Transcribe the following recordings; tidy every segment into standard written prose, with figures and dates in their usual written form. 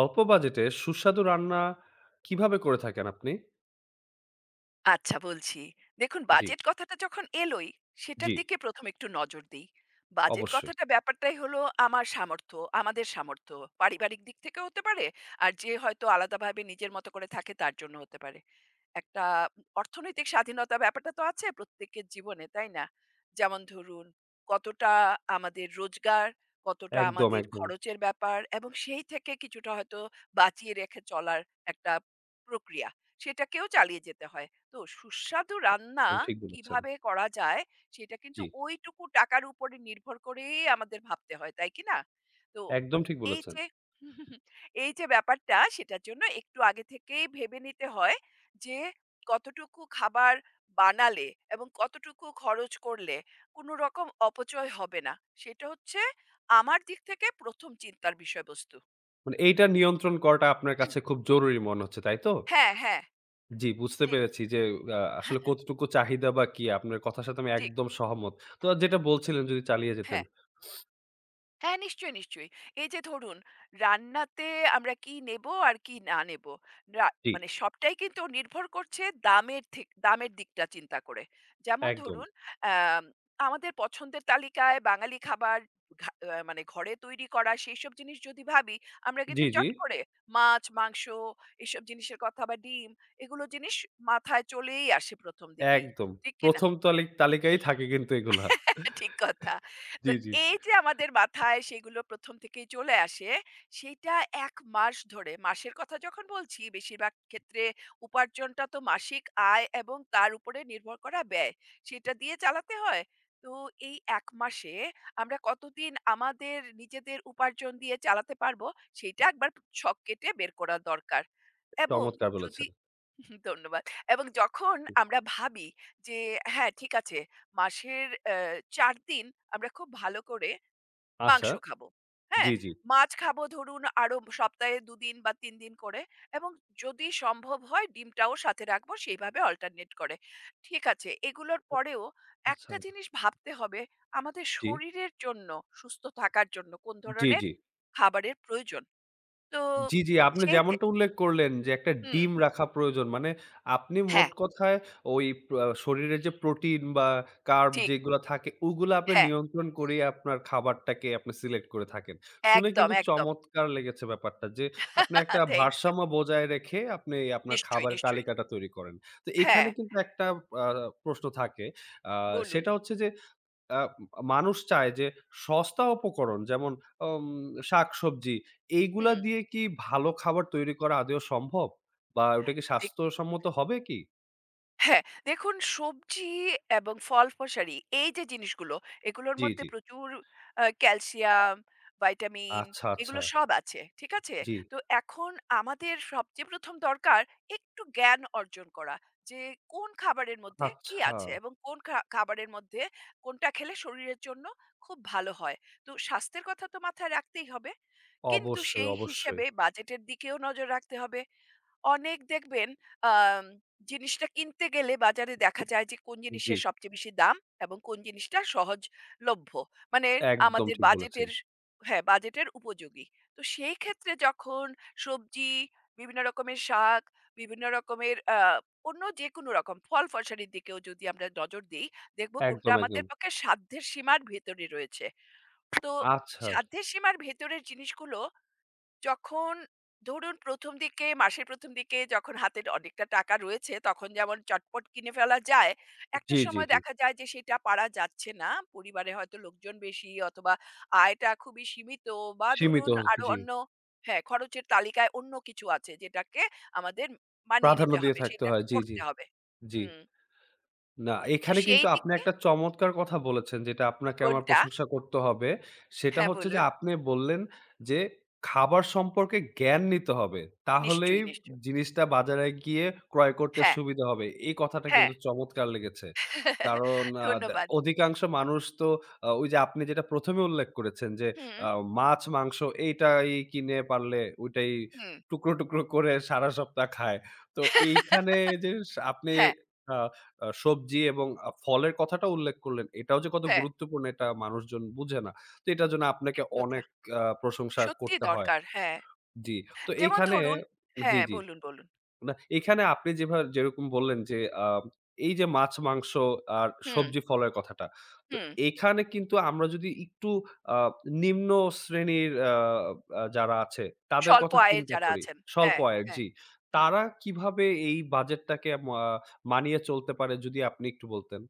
অল্প বাজেটে সুস্বাদু রান্না কিভাবে করে থাকেন আপনি? আচ্ছা বলছি। দেখুন, জি, বাজেট কথাটা যখন এলোই, জি, সেটার দিকে ১ম একটু নজর দেই। বাজেট অবশ্যই। কথাটা ব্যাপারটাই হলো আমার সামর্থ্য, আমাদের সামর্থ্য। পারিবারিক দিক থেকেও হতে পারে, আর যে হয়তো আলাদাভাবে নিজের মতো করে থাকে তার জন্য হতে পারে। একটা অর্থনৈতিক স্বাধীনতা ব্যাপারটা তো আছে প্রত্যেকের জীবনে, তাই না? যেমন ধরুন, কতটা আমাদের রোজগার, কতটা একদম, আমাদের একদম, খরচের ব্যাপার এবং সেই থেকে কিছুটা হয়তো বাঁচিয়ে রেখে চলার একটা প্রক্রিয়া। সেটাকেও চালিয়ে যেতে হয়। তো সুস্বাদু রান্না একদম ঠিক বলেছেন। কিভাবে করা যায় সেটা জি, কিন্তু ওইটুকু টাকার উপরে নির্ভর করেই আমাদের ভাবতে হয়, তাই কি না? তো একদম ঠিক এই বলেছেন। যে এই যে ব্যাপারটা, সেটার জন্য একটু আগে থেকেই ভেবে নিতে হয় যে কতটুকু খাবার বানালে এবং কতটুকু খরচ করলে কোনো রকম অপচয় হবে না, সেটা হচ্ছে আমার দিক থেকে প্রথম চিন্তার বিষয়বস্তু। মানে এইটা নিয়ন্ত্রণ করাটা আপনার কাছে খুব জরুরি মনে হচ্ছে, তাই তো? হ্যাঁ, হ্যাঁ, জি, বুঝতে ঠিক। পেরেছি যে আসলে কতটুকু চাহিদা বা কি আপনার কথার সাথে আমি ঠিক। একদম সহমত। তো যেটা বলছিলেন যদি চালিয়ে যেতেন। হ্যাঁ, হ্যাঁ, নিশ্চয়ই, নিশ্চয়ই। এই যে ধরুন, রান্নাতে আমরা কি নেব আর কি না নেব। রা জি, মানে সবটাই কিন্তু নির্ভর করছে দামের দিকটা চিন্তা করে। যেমন একদম। ধরুন, অ্যাম আমাদের পছন্দের তালিকায় বাঙালি খাবার, ঘা আ মানে ঘরে তৈরি করা সেইসব জিনিস যদি ভাবি, আমরা কিন্তু জি, জি, চট করে মাছ, মাংস এসব জিনিসের কথা বা ডিম, এগুলো জিনিস মাথায় চলেই আসে ১ম দিকেই। একদম। ঠিক কি না? ১ম তালিকায় থাকে কিন্তু এগুলা। ঠিক কথা। জি, তো জি। এই যে আমাদের মাথায় সেগুলো ১ম থেকেই চলে আসে, সেটা ১ মাস ধরে, মাসের কথা যখন বলছি, বেশিরভাগ ক্ষেত্রে উপার্জনটা তো মাসিক আয় এবং তার উপরে নির্ভর করা ব্যয়। সেটা দিয়ে চালাতে হয়। তো এই ১ মাসে আমরা কতদিন আমাদের নিজেদের উপার্জন দিয়ে চালাতে পারবো, সেইটা একবার শখ কেটে বের করা দরকার। এবং চমৎকার যদি বলেছেন। হুম, ধন্যবাদ। এবং যখন জি। আমরা ভাবি যে হ্যাঁ, ঠিক আছে, মাসের ৪ দিন আমরা খুব ভালো করে মাংস আচ্ছা, খাবো। হ্যাঁ? জি, জি। মাছ খাবো ধরুন আরো সপ্তাহে ২ দিন বা ৩ দিন করে, এবং যদি সম্ভব হয় ডিমটাও সাথে রাখবো সেইভাবে অল্টারনেট করে। ঠিক আছে। এগুলোর পরেও আচ্ছা, একটা জিনিস ভাবতে হবে, আমাদের জি। শরীরের জন্য, সুস্থ থাকার জন্য কোন জি, ধরনের জি। খাবারের প্রয়োজন। তো জি, জি, আপনি সেই যে যেমনটা উল্লেখ করলেন যে একটা হুম, ডিম রাখা প্রয়োজন। মানে আপনি মোট হ্যাঁ, কথায় ওই প্র আহ শরীরে যে প্রোটিন বা কার্ব ঠিক। যেগুলা থাকে ওগুলা আপনি হ্যাঁ। নিয়ন্ত্রণ করেই আপনার খাবারটাকে আপনি সিলেক্ট করে থাকেন। শুনে একদম, কিন্তু একদম। চমৎকার লেগেছে ব্যাপারটা যে আপনি একটা থ্যাংক ইউ। ভারসাম্য বজায় রেখে আপনি আপনার নিশ্চয়ই, খাবারের নিশ্চয়ই। তালিকাটা তৈরি করেন। তো হ্যাঁ, এখানে কিন্তু একটা আ প্রশ্ন থাকে। আ বলুন। সেটা হচ্ছে যে আ মানুষ চায় যে সস্তা উপকরণ যেমন অম শাকসবজি এইগুলা হুম, দিয়ে কি ভালো খাবার তৈরি করা আদৌ সম্ভব? বা ওটা কি দেখ স্বাস্থ্যসম্মত হবে কি? হ্যাঁ, দেখুন, সবজি এবং ফল-ফসারি, এই যে জিনিসগুলো, এগুলোর জি, মধ্যে জি। প্রচুর ক্যালসিয়াম, ভাইটামিন, আচ্ছা, আচ্ছা। এগুলো সব আছে। ঠিক আছে? জি। তো এখন আমাদের সবচেয়ে ১ম দরকার একটু জ্ঞান অর্জন করা, যে কোন খাবারের মধ্যে কি আচ্ছা। আছে এবং কোন খাবারের মধ্যে কোনটা খেলে শরীরের জন্য খুব ভালো হয়। তো স্বাস্থ্যের কথা তো মাথায় রাখতেই হবে। কিন্তু অবশ্যই, সেই অবশ্যই। হিসেবে বাজেটের দিকেও নজর রাখতে হবে। অনেক দেখবেন আম জিনিসটা কিনতে গেলে বাজারে দেখা যায় যে কোন জি। জিনিসের সবচেয়ে বেশি দাম এবং কোন জিনিসটা সহজলভ্য। মানে একদম আমাদের ঠিক বলেছেন। বাজেটের, হ্যাঁ, বাজেটের উপযোগী। তো সেই ক্ষেত্রে যখন সবজি, বিভিন্ন রকমের শাক, বিভিন্ন রকমের অন্য যেকোনো রকম ফল-ফসালির দিকেও যদি আমরা নজর দেই, দেখব কোনটা একদম, একদম। আমাদের পক্ষে সাধ্যের সীমার ভেতরে রয়েছে। তো আচ্ছা। সাধ্যের সীমার ভেতরের জিনিসগুলো যখন, ধরুন ১ম দিকে, মাসের ১ম দিকে যখন হাতে অনেকটা টাকা রয়েছে, তখন যেমন চটপট কিনে ফেলা যায়, একটা জি, জি, সময় জি। দেখা যায় যে সেটা পারা যাচ্ছে না। পরিবারে হয়তো লোকজন বেশি অথবা আয়টা খুবই সীমিত, বা সীমিত ধরুন আরো জি। অন্য, হ্যাঁ, খরচের তালিকায় অন্য কিছু আছে যেটাকে আমাদের মানিয়ে প্রাধান্য নিতে দিয়ে হবে, থাকতে সেটা হয়। জি, জি, করতে হবে। জি। হুম, না, তো এখানে সেই কিন্তু আপনি দিকে একটা চমৎকার কথা বলেছেন যেটা আপনাকে আমার কোনটা প্রশংসা করতে হবে। সেটা হ্যাঁ, হচ্ছে যে বলুন। আপনি বললেন যে খাবার সম্পর্কে জ্ঞান নিতে হবে। তাহলেই নিশ্চয়ই, নিশ্চয়ই। জিনিসটা বাজারে গিয়ে ক্রয় করতে হ্যাঁ, সুবিধা হবে। এই কথাটা হ্যাঁ। কিন্তু চমৎকার লেগেছে। কারণ আ দে ধন্যবাদ। অধিকাংশ মানুষ তো ওইযে আপনি যেটা ১ম এ উল্লেখ করেছেন যে হুম, আ মাছ, মাংস এইটাই কিনে পারলে ওইটাই হুম। টুকরো, টুকরো করে সারা সপ্তাহ খায়। তো এইখানে যে স আপনি হ্যাঁ, আ আ সবজি এবং ফলের কথাটা উল্লেখ করলেন। এটাও যে কত হ্যাঁ। গুরুত্বপূর্ণ এটা মানুষজন বুঝে না। তো এটার জন্য আপনাকে ঠিক কথা। অনেক প্রশংসা সত্যিই করতে হয়। দরকার, হ্যাঁ। জি। তো যেমন এইখানে ধরুন জি, হ্যাঁ, জি। বলুন, বলুন। না এইখানে আপনি যেভাবে যেরকম বললেন যে আ এই যে মাছ, মাংস আর হুম, সবজি ফলের কথাটা। তো হুম। এখানে কিন্তু আমরা যদি একটু আ নিম্ন শ্রেণীর আ আ যারা আছে তাদের স্বল্প কথা আয়ের চিন্তা যারা করি। আছেন। স্বল্প হ্যাঁ, আয়ের হ্যাঁ। জি। হুম। তারা কিভাবে এই বাজেটটাকে মানিয়ে চলতে পারে যদি আপনি একটু বলতেন?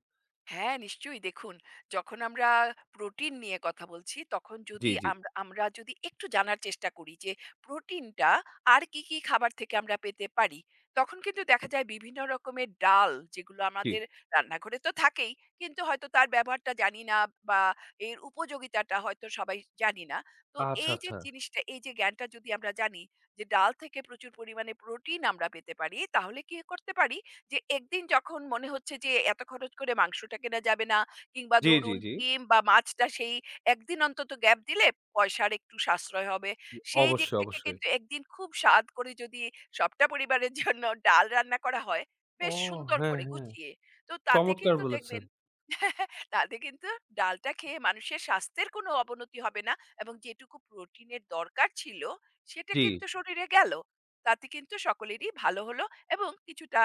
হ্যাঁ, নিশ্চয়ই। দেখুন, যখন আমরা প্রোটিন নিয়ে কথা বলছি, তখন জি, যদি জি, আমরা আমরা যদি একটু জানার চেষ্টা করি যে প্রোটিনটা আর কী, কী খাবার থেকে আমরা পেতে পারি, তখন কিন্তু দেখা যায় বিভিন্ন রকমের ডাল, যেগুলো জি। আমাদের রান্নাঘরে তো থাকেই, কিন্তু হয়তো তার ব্যবহারটা জানি না বা এর উপযোগিতাটা হয়তো সবাই জানি না। তো আচ্ছা, এই যে আচ্ছা। জিনিসটা, এই যে জ্ঞানটা যদি আমরা জানি যে ডাল থেকে প্রচুর পরিমাণে প্রোটিন আমরা পেতে পারি, তাহলে কি করতে পারি? যে একদিন যখন মনে হচ্ছে যে এত খরচ করে মাংসটা কেনা যাবে না, কিংবা জি, জি, ধরুন জি। ডিম বা মাছটা সেই একদিন অন্তত গ্যাপ দিলে পয়সার একটু সাশ্রয় হবে, সেই দিক অবশ্যই, থেকে অবশ্যই। কিন্তু একদিন খুব স্বাদ করে যদি সবটা পরিবারের জন্য ডাল রান্না করা হয়, ও বেশ সুন্দর হ্যাঁ, করে হ্যাঁ। গুছিয়ে, তো তাতে চমৎকার কিন্তু বলেছেন। দেখবেন তাতে কিন্তু ডালটা খেয়ে মানুষের স্বাস্থ্যের কোনো অবনতি হবে না, এবং যেটুকু প্রোটিনের দরকার ছিল সেটা জি, কিন্তু শরীরে গেল, তাতে কিন্তু সকলেরই ভালো হলো, এবং কিছুটা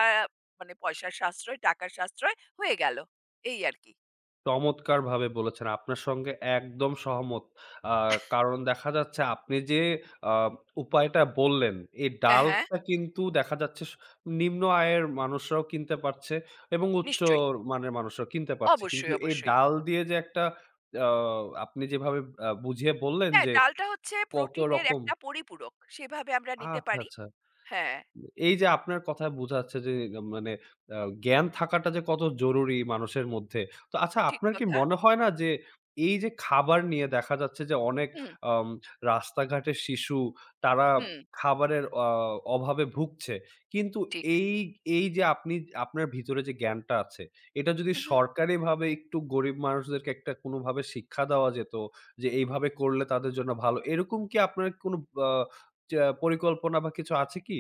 মানে পয়সার সাশ্রয়, টাকার সাশ্রয় হয়ে গেল। এই আরকি। চমৎকারভাবে বলেছেন। আপনার সঙ্গে একদম সহমত। আ কারণ দেখা যাচ্ছে আপনি যে আ উপায়টা বললেন, এই হ্যাঁ, হ্যাঁ। ডালটা কিন্তু দেখা যাচ্ছে নিম্ন আয়ের মানুষরাও কিনতে পারছে এবং উচ্চ নিশ্চয়ই। মানের মানুষরাও কিনতে পারছে। কিন্তু অবশ্যই, এই অবশ্যই। ডাল দিয়ে যে একটা আ আপনি যেভাবে বুঝিয়ে বললেন হ্যাঁ, যে ডালটা হচ্ছে কত প্রোটিনের রকম একটা পরিপূরক। সেভাবে আমরা নিতে আচ্ছা, পারি। আচ্ছা। হ্যাঁ, এই যে আপনার কথায় বোঝা যাচ্ছে যে মানে আ জ্ঞান থাকাটা যে কত জরুরি মানুষের মধ্যে। তো আচ্ছা ঠিক আপনার কি কথা। মনে হয় না যে এই যে খাবার নিয়ে দেখা যাচ্ছে যে অনেক হুম, আম রাস্তাঘাটে শিশু তারা হুম, খাবারের অভাবে ভুগছে। কিন্তু ঠিক। এই, এই যে আপনি আপনার ভিতরে যে জ্ঞানটা আছে এটা যদি উহু। সরকারিভাবে একটু গরিব মানুষদেরকে একটা কোনোভাবে শিক্ষা দেওয়া যেত যে এইভাবে করলে তাদের জন্য ভালো। এরকম কি আপনার কোনো আ চা পরিকল্পনা বা কিছু আছে কি?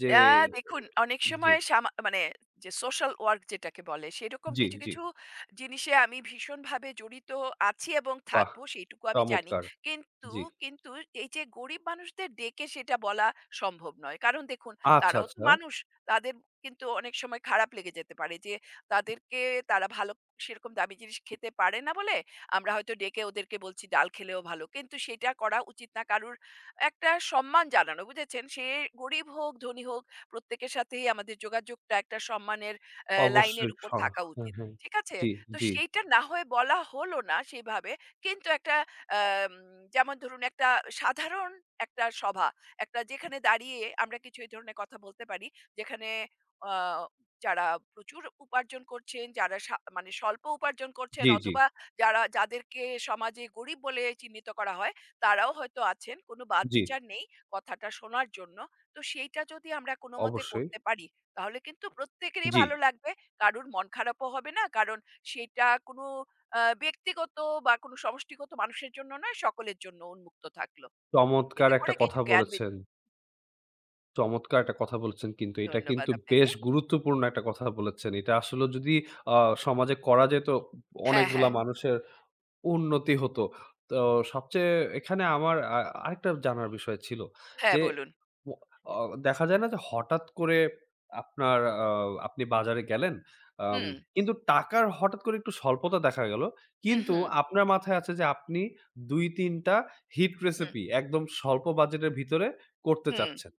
যে আ দেখুন, অনেক জি, সময় মানে যে সোশ্যাল ওয়ার্ক যেটাকে বলে, সেরকম জি, কিছু, জি। কিছু জিনিসে আমি ভীষণভাবে জড়িত আছি এবং বাহ! থাকবো সেইটুকু আমি জানি। চমৎকার। কিন্তু, জি। কিন্তু, এই যে গরিব মানুষদের ডেকে সেটা বলা সম্ভব নয়। কারণ দেখুন, আচ্ছা, তারাও তো আচ্ছা। মানুষ। তাদের কিন্তু অনেক সময় খারাপ লেগে যেতে পারে যে তাদেরকে, তারা ভালো সেরকম দামি জিনিস খেতে পারে না বলে আমরা হয়তো ডেকে ওদেরকে বলছি ডাল খেলেও ভালো। কিন্তু সেটা করা উচিত না। কারুর একটা সম্মান জানানো, বুঝেছেন? সে গরিব হোক, ধনী হোক, প্রত্যেকের সাথেই আমাদের যোগাযোগটা একটা সম্মানের লাইনের অবশ্যই উপর হ্যাঁ, থাকা উচিত। হ্যাঁ। ঠিক আছে? জি, তো জি, সেইটা না হয়ে বলা হলো না সেভাবে। কিন্তু একটা, আম যেমন ধরুন, একটা সাধারণ একটা সভা, একটা যেখানে দাঁড়িয়ে আমরা কিছু এই ধরনের কথা বলতে পারি। যেখানে আ যারা প্রচুর উপার্জন করছেন, যারা মানে স্বল্প উপার্জন করছেন, জি, জি, অথবা যাদেরকে সমাজে গরিব বলে চিহ্নিত করা হয়, তারাও হয়তো আছেন, কোনো জি। বাদবিচার নেই কথাটা শোনার জন্য। তো সেইটা যদি আমরা কোনোমতে অবশ্যই। করতে পারি, তাহলে কিন্তু প্রত্যেকেরই জি। ভালো লাগবে। কারুর মন খারাপও হবে না। কারণ সেইটা কোনো ব্যক্তিগত বা কোনো সমষ্টিগত মানুষের জন্য নয়, সকলের জন্য উন্মুক্ত থাকলো। চমৎকার এতে একটা করে কিছু কথা জ্ঞান বি বলেছেন। চমৎকার একটা কথা বলেছেন কিন্তু এটা ধন্যবাদ কিন্তু আপনাকে। বেশ গুরুত্বপূর্ণ একটা কথা বলেছেন। এটা আসলে যদি আ সমাজে করা যেত হ্যাঁ, অনেকগুলা হ্যাঁ, মানুষের উন্নতি হতো। তো সবচেয়ে এখানে আমার আরেকটা জানার বিষয় ছিল হ্যাঁ, যে, বলুন। ও অ দেখা যায় না যে হঠাৎ করে আপনার আ আপনি বাজারে গেলেন। আম হুম, কিন্তু টাকার হঠাৎ করে একটু স্বল্পতা দেখা গেল। হুম, কিন্তু হুম, আপনার মাথায় আছে যে আপনি ২-৩ টা হিট হুম, রেসিপি একদম স্বল্প বাজেটের ভিতরে করতে হুম, চাচ্ছেন।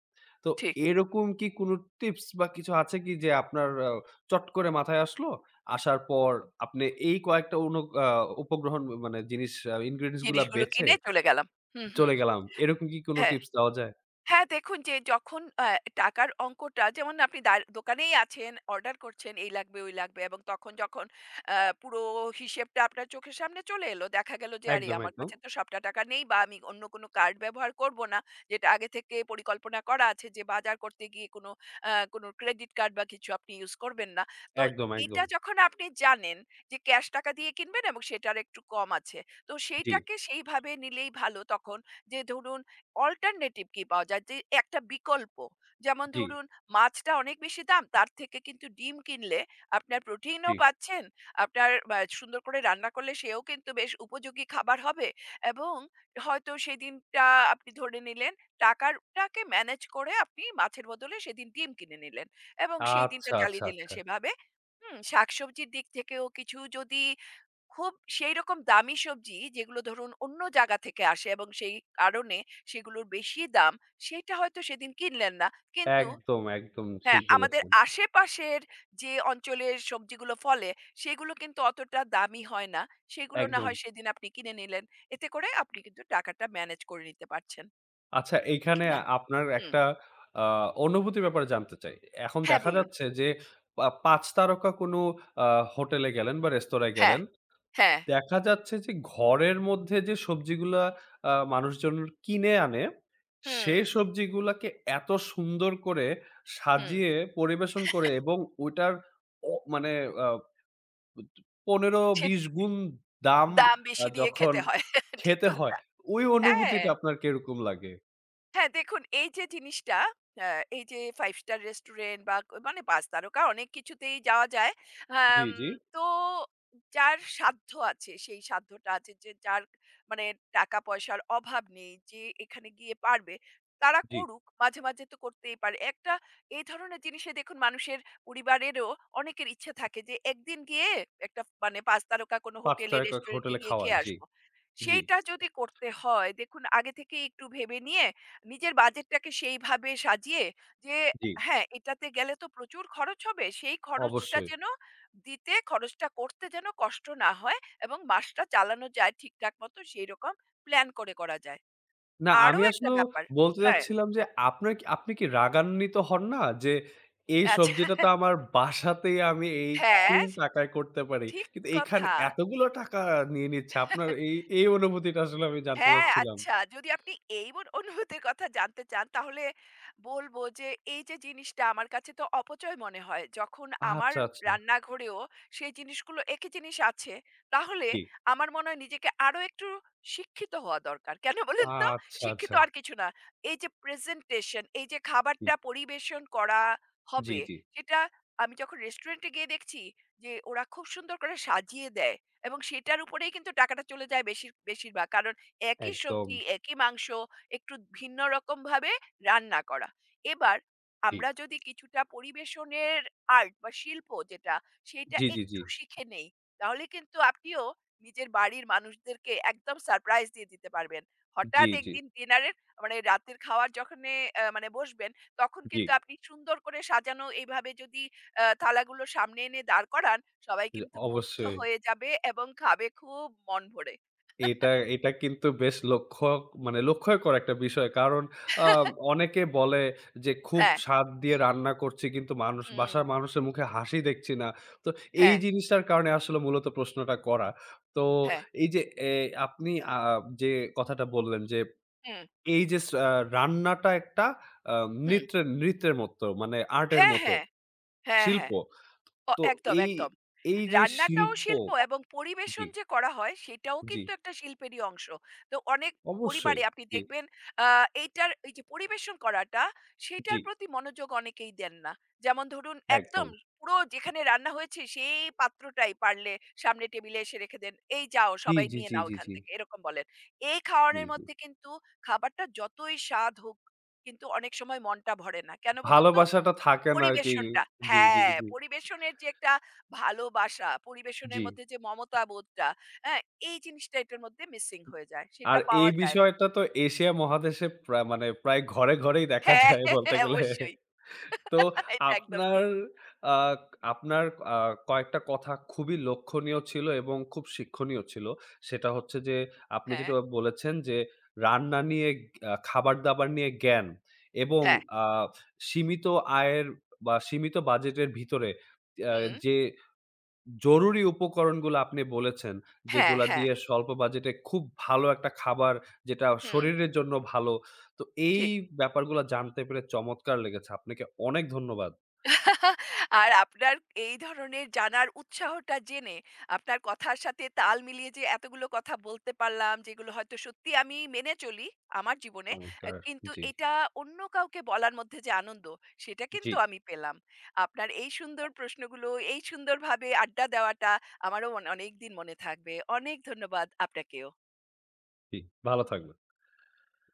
তো ঠিক। এরকম কি কোনো টিপস বা কিছু আছে কি যে আপনার চট করে মাথায় আসলো? আসার পর আপনি এই কয়েকটা অনু আ উপগ্রহণ মানে জিনিস ingredients গুলা জিনিসগুলো বেছে কিনে চলে গেলাম। হুম, হুম, চলে গেলাম। এরকম কি কোন হ্যাঁ। টিপস দেওয়া যায়? হ্যাঁ, দেখুন, যে যখন টাকার অঙ্কটা, যেমন আপনি দোকানেই আছেন, অর্ডার করছেন, এই লাগবে, ওই লাগবে, এবং তখন যখন আ পুরো হিসেবটা আপনার চোখের সামনে চলে এলো, দেখা গেল যে আরে একদম, আমার একদম। কাছে তো সবটা টাকা নেই, বা আমি অন্য কোনো কার্ড ব্যবহার করব না। যেটা আগে থেকে পরিকল্পনা করা আছে যে বাজার করতে গিয়ে কোনো ক্রেডিট কার্ড বা কিছু আপনি ইউজ করবেন না। তো একদম, এটা একদম। যখন আপনি জানেন যে ক্যাশ টাকা দিয়ে কিনবেন এবং সেটার একটু কম আছে। তো জি, সেইটাকে সেইভাবে নিলেই ভালো তখন। যে ধরুন, অল্টারনেটিভ কি পাওয়া যায়? যে একটা বিকল্প। যেমন জি, ধরুন, মাছটা অনেক বেশি দাম, তার থেকে কিন্তু ডিম কিনলে আপনার জি। প্রোটিনও পাচ্ছেন। আপনার সুন্দর করে রান্না করলে সেও কিন্তু বেশ উপযোগী খাবার হবে, এবং হয়তো সেদিনটা আপনি ধরে নিলেন টাকারটাকে ম্যানেজ করে আপনি মাছের বদলে সেদিন ডিম কিনে নিলেন, এবং সেই দিনটা আচ্ছা, আচ্ছা, চালিয়ে দিলেন আচ্ছা। সেভাবে। হুম, শাকসবজির দিক থেকেও কিছু যদি, খুব সেইরকম দামি সবজি যেগুলো ধরুন অন্য জায়গা থেকে আসে এবং সেই কারণে সেগুলোর বেশি দাম, সেটা হয়তো সেদিন কিনলেন না। কিন্তু একদম, একদম হ্যাঁ, ঠিক আমাদের বলেছেন। আশেপাশের যে অঞ্চলের সবজিগুলো ফলে, সেগুলো কিন্তু অতটা দামি হয় না। সেগুলো না একদম। হয় সেদিন আপনি কিনে নিলেন। এতে করে আপনি কিন্তু টাকাটা ম্যানেজ করে নিতে পারছেন। আচ্ছা ঠিক কি এইখানে না? আপনার হুম। একটা আ অনুভূতির ব্যাপারে জানতে চাই। এখন হ্যাঁ, দেখা বলুন। যাচ্ছে যে ৫ তারকা কোন আ হোটেলে গেলেন বা রেস্তোরাঁয় হ্যাঁ, গেলেন হ্যাঁ। দেখা যাচ্ছে যে ঘরের মধ্যে যে সবজিগুলা মানুষজন কিনে আনে, হুম, সে সবজিগুলাকে এত সুন্দর করে হুম। সাজিয়ে পরিবেশন করে এবং ওইটার মানে আ সেট ১৫-২০ গুণ দাম দাম বেশি দিয়ে যখন খেতে হয়। ঠিক খেতে হয়, কথা। ওই হ্যাঁ। অনুভূতিটা আপনার কিরকম লাগে? হ্যাঁ, দেখুন, এই যে জিনিসটা, আ এই যে ৫ স্টার রেস্টুরেন্ট বা মানে ৫ তারকা, অনেক কিছুতেই যাওয়া যায়। জি, আম জি, তো যার সাধ্য আছে, সেই সাধ্যটা আছে, যে যার মানে টাকা-পয়সার অভাব নেই, যে এখানে গিয়ে পারবে, তারা জি। করুক। মাঝে, মাঝে তো করতেই পারে। একটা এই ধরনের জিনিসে দেখুন, মানুষের পরিবারেরও অনেকের ইচ্ছে থাকে যে একদিন গিয়ে একটা মানে ৫ তারকা কোনো ৫ হোটেলে, তারকা রেস্টুরেন্টে হোটেলে গিয়ে খাওয়া। খেয়ে জি, আসবো। জি, সেইটা যদি করতে হয় দেখুন আগে থেকেই একটু ভেবে নিয়ে নিজের বাজেটটাকে সেইভাবে সাজিয়ে, যে জি। হ্যাঁ এটাতে গেলে তো প্রচুর খরচ হবে, সেই খরচটা অবশ্যই। যেন দিতে, খরচটা করতে যেন কষ্ট না হয় এবং মাসটা চালানো যায় ঠিকঠাক মতো সেই রকম প্ল্যান করে করা যায়। না, আরো আমি একটা আসলেও ব্যাপার, বলতে হ্যাঁ, চাচ্ছিলাম যে আপনার কি আপনি কি রাগান্বিত হন না? যে এই আচ্ছা, সবজিটা তো আমার বাসাতেই আমি হ্যাঁ, এইরকম টাকায় করতে পারি। ঠিক কিন্তু এখানে কথা, এতগুলো টাকা নিয়ে নিচ্ছে। আপনার এই অনুভূতিটা আসলে আমি জানতে হ্যাঁ, চাচ্ছিলাম। আচ্ছা যদি আপনি এই বোন অনুভূতির কথা জানতে চান তাহলে বলব যে এই যে জিনিসটা আমার কাছে তো অপচয় মনে হয়। যখন আমার আচ্ছা, আচ্ছা। রান্নাঘরেও সেই জিনিসগুলো, একই জিনিস আছে, তাহলে জি। আমার মনে হয় নিজেকে আরো একটু শিক্ষিত হওয়া দরকার। কেন বলেন তো? আচ্ছা, শিক্ষিত আচ্ছা। আর কিছু না। এই যে প্রেজেন্টেশন, এই যে জি, খাবারটা পরিবেশন করা জি, হবে জি। সেটা, আমি যখন রেস্টুরেন্টে গিয়ে দেখছি যে ওরা খুব সুন্দর করে সাজিয়ে দেয়, এবং সেটার উপরেই কিন্তু টাকাটা চলে যায় বেশিরভাগ। কারণ একই একদম। সবজি, একই মাংস একটু ভিন্ন রকমভাবে রান্না করা। এবার জি। আমরা যদি কিছুটা পরিবেশনের আর্ট বা শিল্প যেটা, সেইটা জি, জি, জি। একটু শিখে নেই, তাহলে কিন্তু আপনিও নিজের বাড়ির মানুষদেরকে একদম সারপ্রাইজ দিয়ে দিতে পারবেন। জি, হঠাৎ জি, একদিন ডিনারের মানে রাতের খাওয়ার যখনে মানে বসবেন, তখন জি। কিন্তু আপনি সুন্দর করে সাজানো এইভাবে যদি থালাগুলো সামনে এনে দাঁড় করান, সবাই জি, কিন্তু মুগ্ধ অবশ্যই। হয়ে যাবে এবং খাবে খুব মন ভরে। এটা, এটা কিন্তু বেশ লক্ষ্যই করা একটা বিষয়। কারণ আ অনেকে বলে যে খুব হ্যাঁ। স্বাদ দিয়ে রান্না করছি কিন্তু হুম, বাসার মানুষের মুখে হাসি দেখছি না। তো এই হ্যাঁ, জিনিসটার কারণে আসলে মূলত প্রশ্নটা করা। তো হ্যাঁ, এই যে এ আপনি যে কথাটা বললেন যে হুম, এই যে স আ রান্নাটা একটা আ হুম। নৃত্যের নৃত্যের মতো মানে আর্টের হ্যাঁ, মতো হ্যাঁ, হ্যাঁ, শিল্প। হ্যাঁ। তো একদম, এই, একদম। এই যে রান্নাটাও শিল্প শিল্প এবং জি, পরিবেশন যে করা হয় সেটাও জি কিন্তু একটা শিল্পেরই অংশ। তো অনেক অবশ্যই। পরিবারে আপনি জি, দেখবেন, আ এইটার এই যে পরিবেশন করাটা জি সেটার প্রতি মনোযোগ অনেকেই দেন না। যেমন ধরুন, একদম একদম। পুরো যেখানে রান্না হয়েছে সেই পাত্রটাই পারলে সামনে টেবিলে এসে রেখে দেন। "এই যাও জি, সবাই জি, নিয়ে জি, নাও জি, এখান জি, থেকে" এরকম বলেন। এই জি, খাওয়ানোর জি। মধ্যে কিন্তু খাবারটা যতই স্বাদ হোক, কিন্তু অনেক সময় মনটা ভরে না। কেন বলুন তো? ভালোবাসাটা থাকে না আরকি। পরিবেশনটা, জি, জি, হ্যাঁ, জি, পরিবেশনের যে একটা ভালোবাসা, পরিবেশনের জি। মধ্যে যে মমতা বোধটা, হ্যাঁ? এই জিনিসটা এটার মধ্যে মিসিং হয়ে যায়। আর সেটা এই পাওয়া যায় না। হ্যাঁ, বিষয়টা তো এশিয়া মহাদেশে মানে প্রায় ঘরে, ঘরেই দেখা হ্যাঁ, যায় বলতে গেলে। অবশ্যই। তো এটা একদম আপনার ঠিক। আ আপনার আ কয়েকটা কথা খুবই লক্ষণীয় ছিল এবং খুব শিক্ষণীয় ছিল। সেটা হচ্ছে যে আপনি হ্যাঁ, যেটা বলেছেন যে রান্না নিয়ে খাবার-দাবার নিয়ে জ্ঞান এবং হ্যাঁ। আ সীমিত আয়ের বা সীমিত বাজেটের ভিতরে আ হুম। যে জরুরি উপকরণগুলো আপনি বলেছেন, হ্যাঁ, যেগুলা হ্যাঁ। দিয়ে স্বল্প বাজেটে খুব ভালো একটা খাবার যেটা হুম, শরীরের জন্য ভালো। তো এই ঠিক। ব্যাপারগুলা জানতে পেরে চমৎকার লেগেছে। আপনাকে অনেক ধন্যবাদ। আর আপনার এই ধরনের জানার উৎসাহটা জেনে, আপনার কথার সাথে তাল মিলিয়ে যে এতগুলো কথা বলতে পারলাম, যেগুলো হয়তো সত্যি আমি মেনে চলি আমার জীবনে। আহ, চমৎকার। কিন্তু জি, এটা অন্য কাউকে বলার মধ্যে যে আনন্দ, সেটা জি, কিন্তু আমি পেলাম। আপনার এই সুন্দর প্রশ্নগুলো, এই সুন্দরভাবে আড্ডা দেওয়াটা আমারও অনেক দিন মনে থাকবে। অনেক ধন্যবাদ আপনাকেও। জি। ভালো থাকবেন।